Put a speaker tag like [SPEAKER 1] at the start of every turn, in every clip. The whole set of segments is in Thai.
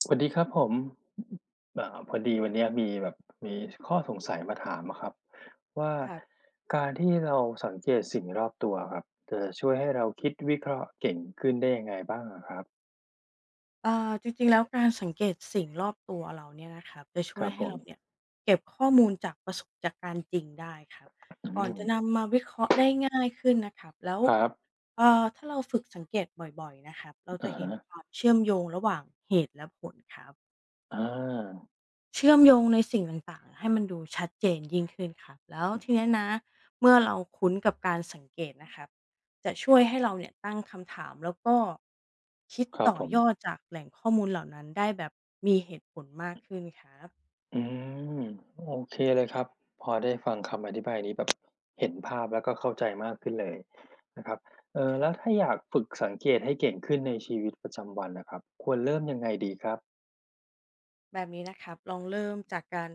[SPEAKER 1] สวัสดีครับผมพอดีวันเนี้ยมีแบบมีข้อสงสัยมาถามอะครับว่า
[SPEAKER 2] ครับ
[SPEAKER 1] การที่เราสังเกตสิ่งรอบตัวอะครับจะช่วยให้เราคิดวิเคราะห์เก่งขึ้นได้ยังไงบ้างอะครับ
[SPEAKER 2] จริงๆแล้วการสังเกตสิ่งรอบตัวเราเนี่ยนะครับจะ
[SPEAKER 1] ค
[SPEAKER 2] ช่ว
[SPEAKER 1] รั
[SPEAKER 2] ย
[SPEAKER 1] บผ
[SPEAKER 2] ให้
[SPEAKER 1] ม
[SPEAKER 2] เราเนี่ยเก็บข้อมูลจากประสบจากการณ์จริงได้ครับ
[SPEAKER 1] อื
[SPEAKER 2] ก่อนจะ
[SPEAKER 1] ม
[SPEAKER 2] นำมาวิเคราะห์ได้ง่ายขึ้นนะครับแล้ว
[SPEAKER 1] ครับ
[SPEAKER 2] ถ้าเราฝึกสังเกตบ่อยๆนะครับเราจะ
[SPEAKER 1] อะ
[SPEAKER 2] เห็น
[SPEAKER 1] ฮะ
[SPEAKER 2] ความเชื่อมโยงระหว่างเหตุและผลครับ
[SPEAKER 1] อา
[SPEAKER 2] เชื่อมโยงในสิ่งต่างๆ ให้มันดูชัดเจนยิ่งขึ้นครับแล้วทีเนี้ยนะเมื่อเราคุ้นกับการสังเกตนะครับจะช่วยให้เราเนี่ยตั้งคำถามแล้วก็คิด
[SPEAKER 1] ครับ
[SPEAKER 2] ต่อ
[SPEAKER 1] ผม
[SPEAKER 2] ยอดจากแหล่งข้อมูลเหล่านั้นได้แบบมีเหตุผลมากขึ้นครับ
[SPEAKER 1] อืมโอเคเลยครับพอได้ฟังคำอธิบายนี้แบบเห็นภาพแล้วก็เข้าใจมากขึ้นเลยนะครับ
[SPEAKER 2] ค
[SPEAKER 1] แล้
[SPEAKER 2] รั
[SPEAKER 1] ว
[SPEAKER 2] บ
[SPEAKER 1] ถ้าอยากฝึกสังเกตให้เก่งขึ้นในชีวิตประจำวันน่ะครับควรเริ่มยังไงดีครับ
[SPEAKER 2] แบบนี้นะครับลองเริ่มจากการ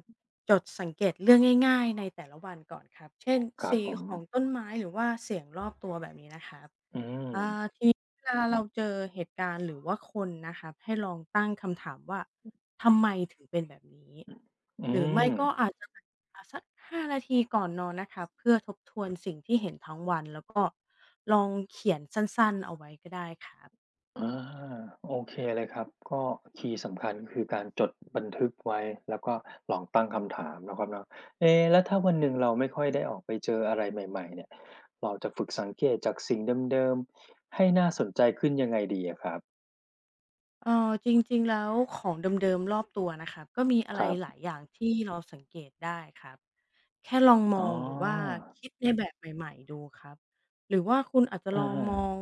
[SPEAKER 2] จดสังเกตเรื่องง่ายๆในแต่ละวันก่อนครับเช่น
[SPEAKER 1] ครับ
[SPEAKER 2] สี
[SPEAKER 1] ผม
[SPEAKER 2] ของต้นไม้หรือว่าเสียงรอบตัวแบบนี้นะครับ
[SPEAKER 1] อืม
[SPEAKER 2] อ่าทีนี้เวลาเราเจอเหตุการณ์หรือว่าคนนะครับให้ลองตั้งคำถามว่าทำไมถึงเป็นแบบนี้
[SPEAKER 1] อื
[SPEAKER 2] หรือ
[SPEAKER 1] ม
[SPEAKER 2] ไม่ก็อาจจะสัก5นาทีก่อนนอนนะครับเพื่อทบทวนสิ่งที่เห็นทั้งวันแล้วก็ลองเขียนสั้นๆเอาไว้ก็ได้ครับ
[SPEAKER 1] อาโอเคเลยครับ ก็คีย์สำคัญคือการจดบันทึกไว้ แล้วก็ลองตั้งคำถามเนาะครับเนาะเอ๊แล้วถ้าวันหนึ่งเราไม่ค่อยได้ออกไปเจออะไรใหม่ๆเนี่ย เราจะฝึกสังเกตจากสิ่งเดิมๆให้น่าสนใจขึ้นยังไงดีอะครับ
[SPEAKER 2] เอ่อจริงๆแล้วของเดิมๆรอบตัวนะครับก็มีอะ
[SPEAKER 1] ค
[SPEAKER 2] ไร
[SPEAKER 1] รั
[SPEAKER 2] หลา
[SPEAKER 1] บ
[SPEAKER 2] ยอย่างที่เราสังเกตได้ครับแค่ลองม
[SPEAKER 1] อ๋
[SPEAKER 2] องหรือว่า
[SPEAKER 1] อ
[SPEAKER 2] คิดในแบบใหม่ๆดูครับหรือว่าคุณอาจจะล
[SPEAKER 1] อา
[SPEAKER 2] องมอง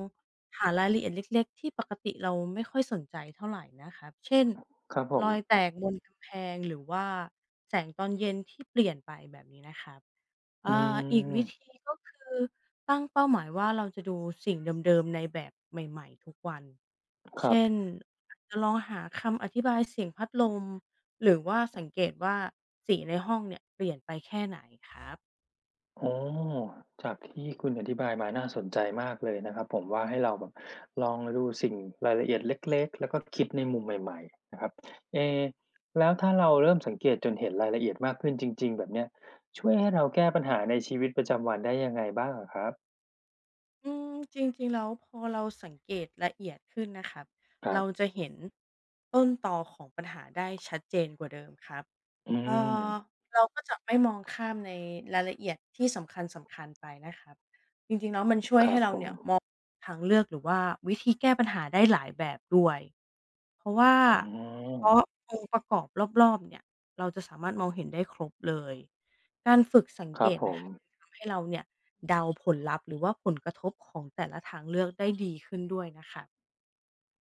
[SPEAKER 2] หารายละเอียดเล็กๆที่ปกติเราไม่ค่อยสนใจเท่าไรนะครับเช่น
[SPEAKER 1] ครับผ
[SPEAKER 2] ร
[SPEAKER 1] ม
[SPEAKER 2] อยแตกบนกำแพงหรือว่าแสงตอนเย็นที่เปลี่ยนไปแบบนี้นะครับ
[SPEAKER 1] อื
[SPEAKER 2] อ่าอีกวิ
[SPEAKER 1] ม
[SPEAKER 2] ธีก็คือ ตั้งเป้าหมายว่าเราจะดูสิ่งเดิมๆในแบบใหม่ๆทุกวัน
[SPEAKER 1] ครับ
[SPEAKER 2] เช่นอาจจะลองหาคำอธิบายเสียงพัดลมหรือว่าสังเกตว่าสีในห้องเนี่ยเปลี่ยนไปแค่ไหนครับ
[SPEAKER 1] โอ้จากที่คุณอธิบายมาน่าสนใจมากเลยนะครับผมว่าให้เราแบบลองดูสิ่งรายละเอียดเล็กๆแล้วก็คิดในมุมใหม่ๆนะครับเอแล้วถ้าเราเริ่มสังเกตจนเห็นรายละเอียดมากขึ้นจริงๆแบบเนี้ยช่วยให้เราแก้ปัญหาในชีวิตประจำวันได้ยังไงบ้างอะครับ
[SPEAKER 2] อืมจริงๆแล้วพอเราสังเกตละเอียดขึ้นนะครับ
[SPEAKER 1] ครั
[SPEAKER 2] เรา
[SPEAKER 1] บ
[SPEAKER 2] จะเห็นต้นตอของปัญหาได้ชัดเจนกว่าเดิมครับ
[SPEAKER 1] อื
[SPEAKER 2] เอ่อ
[SPEAKER 1] ม
[SPEAKER 2] เราก็จะไม่มองข้ามในรายละเอียดที่สำคัญๆไปนะครับ
[SPEAKER 1] ครับผม
[SPEAKER 2] ทางเลือกหรือว่าวิธีแก้ปัญหาได้หลายแบบด้วยเพราะว่า
[SPEAKER 1] อ๋
[SPEAKER 2] เพ
[SPEAKER 1] อ
[SPEAKER 2] ราะองค์ประกอบรอบๆเนี่ยเราจะสามารถมองเห็นได้ครบเลยการฝึกสัง
[SPEAKER 1] ค
[SPEAKER 2] เก
[SPEAKER 1] รับ
[SPEAKER 2] ต
[SPEAKER 1] ผ
[SPEAKER 2] นะ
[SPEAKER 1] ม
[SPEAKER 2] คะทำให้เราเนี่ยเดาผลลัพธ์หรือว่าผลกระทบของแต่ละทางเลือกได้ดีขึ้นด้วยนะคะ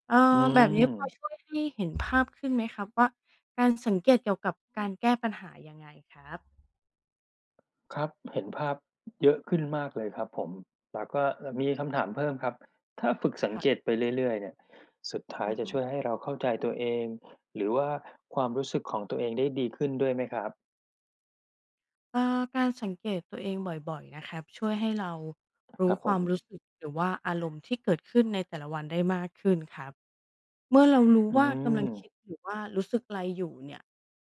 [SPEAKER 2] เอ่
[SPEAKER 1] อื
[SPEAKER 2] อแบบนี้
[SPEAKER 1] ม
[SPEAKER 2] พอช่วยให้เห็นภาพขึ้นไหมครับว่าการสังเกตเกี่ยวกับการแก้ปัญหายังไงครับ
[SPEAKER 1] ครับเห็นภาพเยอะขึ้นมากเลยครับผมแล้วก็มีคำถามเพิ่มครับถ้าฝึกสังเกต
[SPEAKER 2] ค่ะ
[SPEAKER 1] ไปเรื่อยๆเนี่ยสุดท้าย
[SPEAKER 2] อือ
[SPEAKER 1] จะ
[SPEAKER 2] ฮึ
[SPEAKER 1] ช่วยให้เราเข้าใจตัวเองหรือว่าความรู้สึกของตัวเองได้ดีขึ้นด้วยไหมครับ
[SPEAKER 2] เอ่อการสังเกตตัวเองบ่อยๆนะครับช่วยให้เรา
[SPEAKER 1] ค
[SPEAKER 2] รู้
[SPEAKER 1] รับผ
[SPEAKER 2] ควา
[SPEAKER 1] ม
[SPEAKER 2] มรู้สึกหรือว่าอารมณ์ที่เกิดขึ้นในแต่ละวันได้มากขึ้นครับเมื่อเรารู้
[SPEAKER 1] อื
[SPEAKER 2] ว่ากำลังคิด
[SPEAKER 1] ม
[SPEAKER 2] หรือว่ารู้สึกอะไรอยู่เนี่ย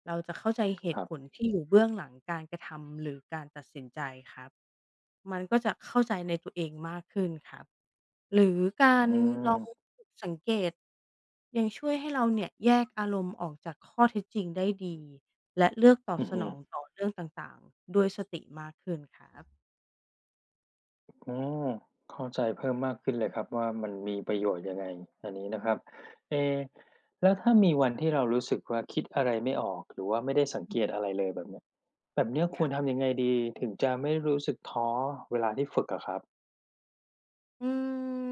[SPEAKER 2] เราจะเข้าใจเห
[SPEAKER 1] ค
[SPEAKER 2] ตุ
[SPEAKER 1] รับ
[SPEAKER 2] ผลที่อยู่เบื้องหลังการกระทำหรือการตัดสินใจครับมันก็จะเข้าใจในตัวเองมากขึ้นครับหรือการ
[SPEAKER 1] อื
[SPEAKER 2] ลอ
[SPEAKER 1] ม
[SPEAKER 2] งสังเกต ยังช่วยให้เราเนี่ยแยกอารมณ์ออกจากข้อเท็จจริงได้ดีและเลือกตอบ
[SPEAKER 1] อือ
[SPEAKER 2] ส
[SPEAKER 1] ฮึ
[SPEAKER 2] น
[SPEAKER 1] อ
[SPEAKER 2] องต่อเรื่องต่างๆด้วยสติมากขึ้นครับ
[SPEAKER 1] อเข้าใจเพิ่มมากขึ้นเลยครับว่ามันมีประโยชน์ยังไงอันนี้นะครับเอแล้วถ้ามีวันที่เรารู้สึกว่าคิดอะไรไม่ออกหรือว่าไม่ได้สังเกตอะไรเลยแบบเนี้ย แบบเนี้ยคว
[SPEAKER 2] ค่ะ
[SPEAKER 1] รทำยังไงดีถึงจะไม่รู้สึกท้อเวลาที่ฝึกอะครับ
[SPEAKER 2] อื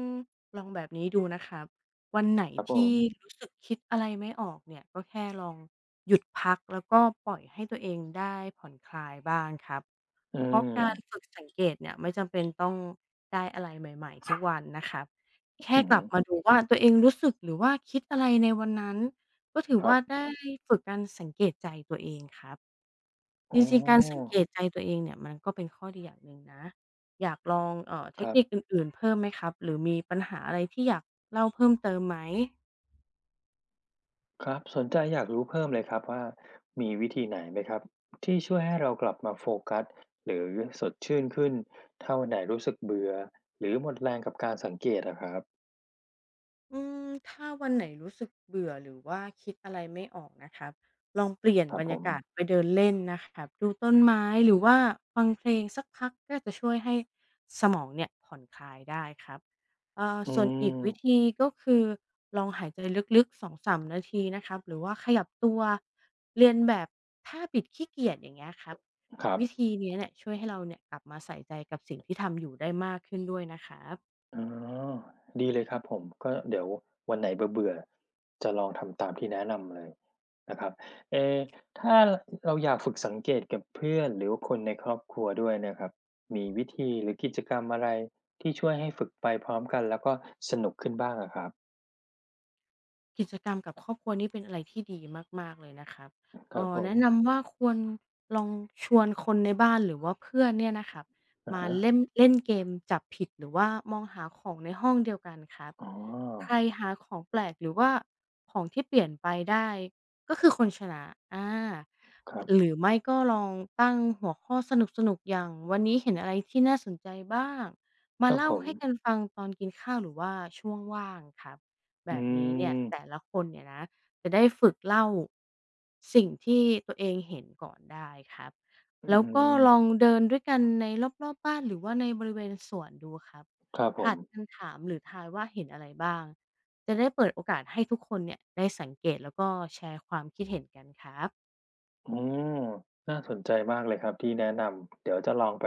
[SPEAKER 2] มลองแบบนี้ดูนะครับวันไหน
[SPEAKER 1] ครับผ
[SPEAKER 2] ที่
[SPEAKER 1] ม
[SPEAKER 2] รู้สึกคิดอะไรไม่ออกเนี่ยก็แค่ลองหยุดพักแล้วก็ปล่อยให้ตัวเองได้ผ่อนคลายบ้างครับ
[SPEAKER 1] อื
[SPEAKER 2] เพราะ
[SPEAKER 1] ม
[SPEAKER 2] การฝึกสังเกตเนี่ยไม่จำเป็นต้องได้อะไรใหม่ๆทุกวันนะครับแค่
[SPEAKER 1] อือ
[SPEAKER 2] ก
[SPEAKER 1] ฮึ
[SPEAKER 2] ลับมาดูว่าตัวเองรู้สึกหรือว่าคิดอะไรในวันนั้นก็ถือ
[SPEAKER 1] ครั
[SPEAKER 2] ว่า
[SPEAKER 1] บ
[SPEAKER 2] ได้ฝึกการสังเกตใจตัวเองครับ
[SPEAKER 1] อ๋
[SPEAKER 2] จ
[SPEAKER 1] อ
[SPEAKER 2] ริงๆการสังเกตใจตัวเองเนี่ยมันก็เป็นข้อดีอย่างหนึ่งนะอยากลองเท
[SPEAKER 1] ค
[SPEAKER 2] ค
[SPEAKER 1] รับ
[SPEAKER 2] นิคอื่นๆเพิ่มไหมครับหรือมีปัญหาอะไรที่อยากเล่าเพิ่มเติมไหม
[SPEAKER 1] ครับสนใจอยากรู้เพิ่มเลยครับว่ามีวิธีไหนไหมครับที่ช่วยให้เรากลับมาโฟกัสหรือสดชื่นขึ้นถ้าวันไหนรู้สึกเบื่อหรือหมดแรงกับการสังเกตอะครับ
[SPEAKER 2] อืมถ้าวันไหนรู้สึกเบื่อหรือว่าคิดอะไรไม่ออกนะครับลองเปลี่ยน
[SPEAKER 1] ครับ
[SPEAKER 2] บร
[SPEAKER 1] ผ
[SPEAKER 2] รยา
[SPEAKER 1] ม
[SPEAKER 2] กาศไปเดินเล่นนะครับดูต้นไม้หรือว่าฟังเพลงสักพักก็จะช่วยให้สมองเนี่ยผ่อนคลายได้ครับ
[SPEAKER 1] อื
[SPEAKER 2] ส่วนอี
[SPEAKER 1] ม
[SPEAKER 2] กวิธีก็คือลองหายใจลึกๆ2-3นาทีนะครับหรือว่าขยับตัวเรียนแบบท่าบิดขี้เกียจอย่างเงี้ยครับ
[SPEAKER 1] ครับ
[SPEAKER 2] วิธีเนี้ยเนี่ยช่วยให้เราเนี่ยกลับมาใส่ใจกับสิ่งที่ทำอยู่ได้มากขึ้นด้วยนะครับ
[SPEAKER 1] อ๋อดีเลยครับผมก็เดี๋ยววันไหนเบื่อๆจะลองทำตามที่แนะนำเลยนะครับเอถ้าเราอยากฝึกสังเกตกับเพื่อนหรือว่าคนในครอบครัวด้วยเนะครับมีวิธีหรือกิจกรรมอะไรที่ช่วยให้ฝึกไปพร้อมกันแล้วก็สนุกขึ้นบ้างอะครับ
[SPEAKER 2] กิจกรรมกับครอบครัวนี่เป็นอะไรที่ดีมากๆเลยนะครับ
[SPEAKER 1] ครับผม
[SPEAKER 2] แนะนำว่าควรลองชวนคนในบ้านหรือว่าเพื่อนเนี่ยนะครับ
[SPEAKER 1] อะ
[SPEAKER 2] มา
[SPEAKER 1] ฮะ
[SPEAKER 2] เล่นเล่นเกมจับผิดหรือว่ามองหาของในห้องเดียวกันครับ
[SPEAKER 1] อ๋อ
[SPEAKER 2] ใครหาของแปลกหรือว่าของที่เปลี่ยนไปได้ก็คือคนชนะอา
[SPEAKER 1] ครั
[SPEAKER 2] ห
[SPEAKER 1] บ
[SPEAKER 2] รือไม่ก็ลองตั้งหัวข้อสนุกๆอย่างวันนี้เห็นอะไรที่น่าสนใจบ้าง
[SPEAKER 1] ค
[SPEAKER 2] มา
[SPEAKER 1] รับ
[SPEAKER 2] เล่า
[SPEAKER 1] ผม
[SPEAKER 2] ให้กันฟังตอนกินข้าวหรือว่าช่วงว่างครับ แบ
[SPEAKER 1] อื
[SPEAKER 2] บนี้เนี่ย
[SPEAKER 1] ม
[SPEAKER 2] แต่ละคนเนี่ยนะจะได้ฝึกเล่าสิ่งที่ตัวเองเห็นก่อนได้ครับ
[SPEAKER 1] อื
[SPEAKER 2] แล้วก็ลอง
[SPEAKER 1] ม
[SPEAKER 2] เดินด้วยกันในรอบๆบ้านหรือว่าในบริเวณสวนดูครับ
[SPEAKER 1] ครับผ
[SPEAKER 2] ผ
[SPEAKER 1] ม
[SPEAKER 2] ลัดกันถามหรือทายว่าเห็นอะไรบ้างจะได้เปิดโอกาสให้ทุกคนเนี่ยได้สังเกตแล้วก็แชร์ความคิดเห็นกันครับ
[SPEAKER 1] อืมน่าสนใจมากเลยครับที่แนะนำเดี๋ยวจะลองไป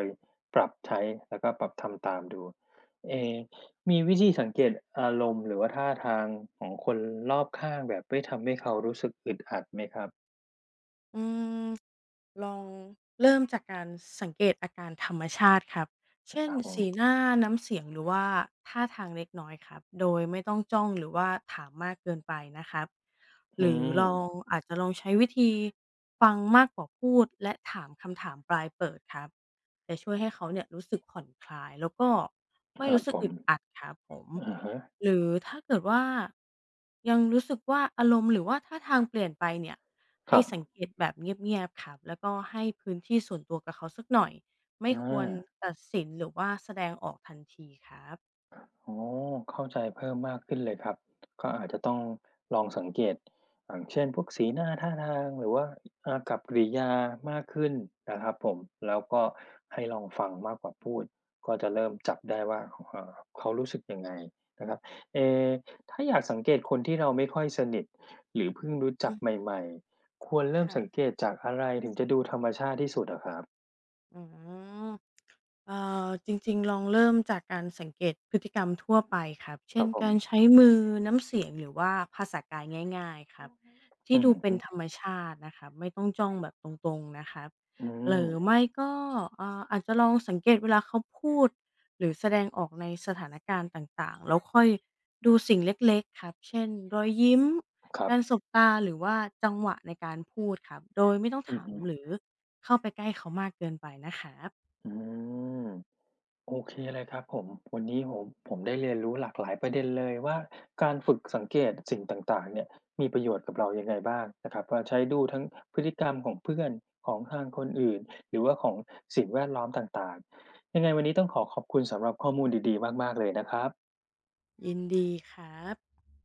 [SPEAKER 1] ปรับใช้แล้วก็ปรับทำตามดูเอมีวิธีสังเกตอารมณ์หรือว่าท่าทางของคนรอบข้างแบบไม่ทำให้เขารู้สึกอึดอัดไหมครับ
[SPEAKER 2] อืมลองเริ่มจากการสังเกตอาการธรรมชาติครับเช่
[SPEAKER 1] ค
[SPEAKER 2] น
[SPEAKER 1] รับผม
[SPEAKER 2] สีหน้าน้ำเสียงหรือว่าท่าทางเล็กน้อยครับโดยไม่ต้องจ้องหรือว่าถามมากเกินไปนะครับห
[SPEAKER 1] อื
[SPEAKER 2] รือลอง
[SPEAKER 1] ม
[SPEAKER 2] อาจจะลองใช้วิธีฟังมากกว่าพูดและถามคำถามปลายเปิดครับจะช่วยให้เขาเนี่ยรู้สึกผ่อนคลายแล้วก็
[SPEAKER 1] ค
[SPEAKER 2] ไม่
[SPEAKER 1] รับ
[SPEAKER 2] รู้สึ
[SPEAKER 1] ผ
[SPEAKER 2] ก
[SPEAKER 1] ม
[SPEAKER 2] อึดอัดครับผม
[SPEAKER 1] อะฮะ
[SPEAKER 2] หรือถ้าเกิดว่ายังรู้สึกว่าอารมณ์หรือว่าท่าทางเปลี่ยนไปเนี่ย
[SPEAKER 1] ค
[SPEAKER 2] ให้
[SPEAKER 1] รับ
[SPEAKER 2] สังเกตแบบเงียบๆครับแล้วก็ให้พื้นที่ส่วนตัวกับเขาสักหน่อย ไม่
[SPEAKER 1] อ
[SPEAKER 2] ควร
[SPEAKER 1] า
[SPEAKER 2] ตัดสินหรือว่าแสดงออกทันทีครับ
[SPEAKER 1] อ๋อเข้าใจเพิ่มมากขึ้นเลยครับก็อาจจะต้องลองสังเกตอย่างเช่นพวกสีหน้าท่าทางหรือว่าอากับกิริยามากขึ้นนะครับผมแล้วก็ให้ลองฟังมากกว่าพูดก็จะเริ่มจับได้ว่าเอ่อเขารู้สึกยังไงนะครับเอถ้าอยากสังเกตคนที่เราไม่ค่อยสนิทหรือเพิ่งรู้จั
[SPEAKER 2] อื
[SPEAKER 1] กใ
[SPEAKER 2] ม
[SPEAKER 1] หม่ๆควรเริ่ม
[SPEAKER 2] ค่ะ
[SPEAKER 1] สังเกตจากอะไรถึงจะดูธรรมชาติที่สุดอะครับ
[SPEAKER 2] อืม เอ่จริงๆลองเริ่มจากการสังเกตพฤติกรรมทั่วไปครับ
[SPEAKER 1] ค
[SPEAKER 2] เช่
[SPEAKER 1] รั
[SPEAKER 2] น
[SPEAKER 1] บผม
[SPEAKER 2] การใช้มือน้ำเสียงหรือว่าภาษากายง่ายๆครับ
[SPEAKER 1] อื
[SPEAKER 2] ที่
[SPEAKER 1] อ
[SPEAKER 2] ดูเป็
[SPEAKER 1] ฮึ
[SPEAKER 2] นธรรมชาตินะครับไม่ต้องจ้องแบบตรงๆนะครับ
[SPEAKER 1] อื
[SPEAKER 2] หรือ
[SPEAKER 1] ม
[SPEAKER 2] ไม่ก็อาจจะลองสังเกตเวลาเขาพูดหรือแสดงออกในสถานการณ์ต่างๆแล้วค่อยดูสิ่งเล็กๆครับเช่นรอยยิ้ม
[SPEAKER 1] ครับ
[SPEAKER 2] การสบตาหรือว่าจังหวะในการพูดครับโดยไม่ต้อง
[SPEAKER 1] อือ
[SPEAKER 2] ถาม
[SPEAKER 1] ฮึ
[SPEAKER 2] หรือเข้าไปใกล้เขามากเกินไปนะครับ
[SPEAKER 1] อืม โอเคเลยครับผมวันนี้ผมได้เรียนรู้หลากหลายประเด็นเลยว่าการฝึกสังเกตสิ่งต่างๆเนี่ยมีประโยชน์กับเรายังไงบ้างนะครับว่าใช้ดูทั้งพฤติกรรมของเพื่อนของทางคนอื่นหรือว่าของสิ่งแวดล้อมต่างๆยังไงวันนี้ต้องขอขอบคุณสำหรับข้อมูลดีๆมากๆเลยนะครับ
[SPEAKER 2] ยินดีครับ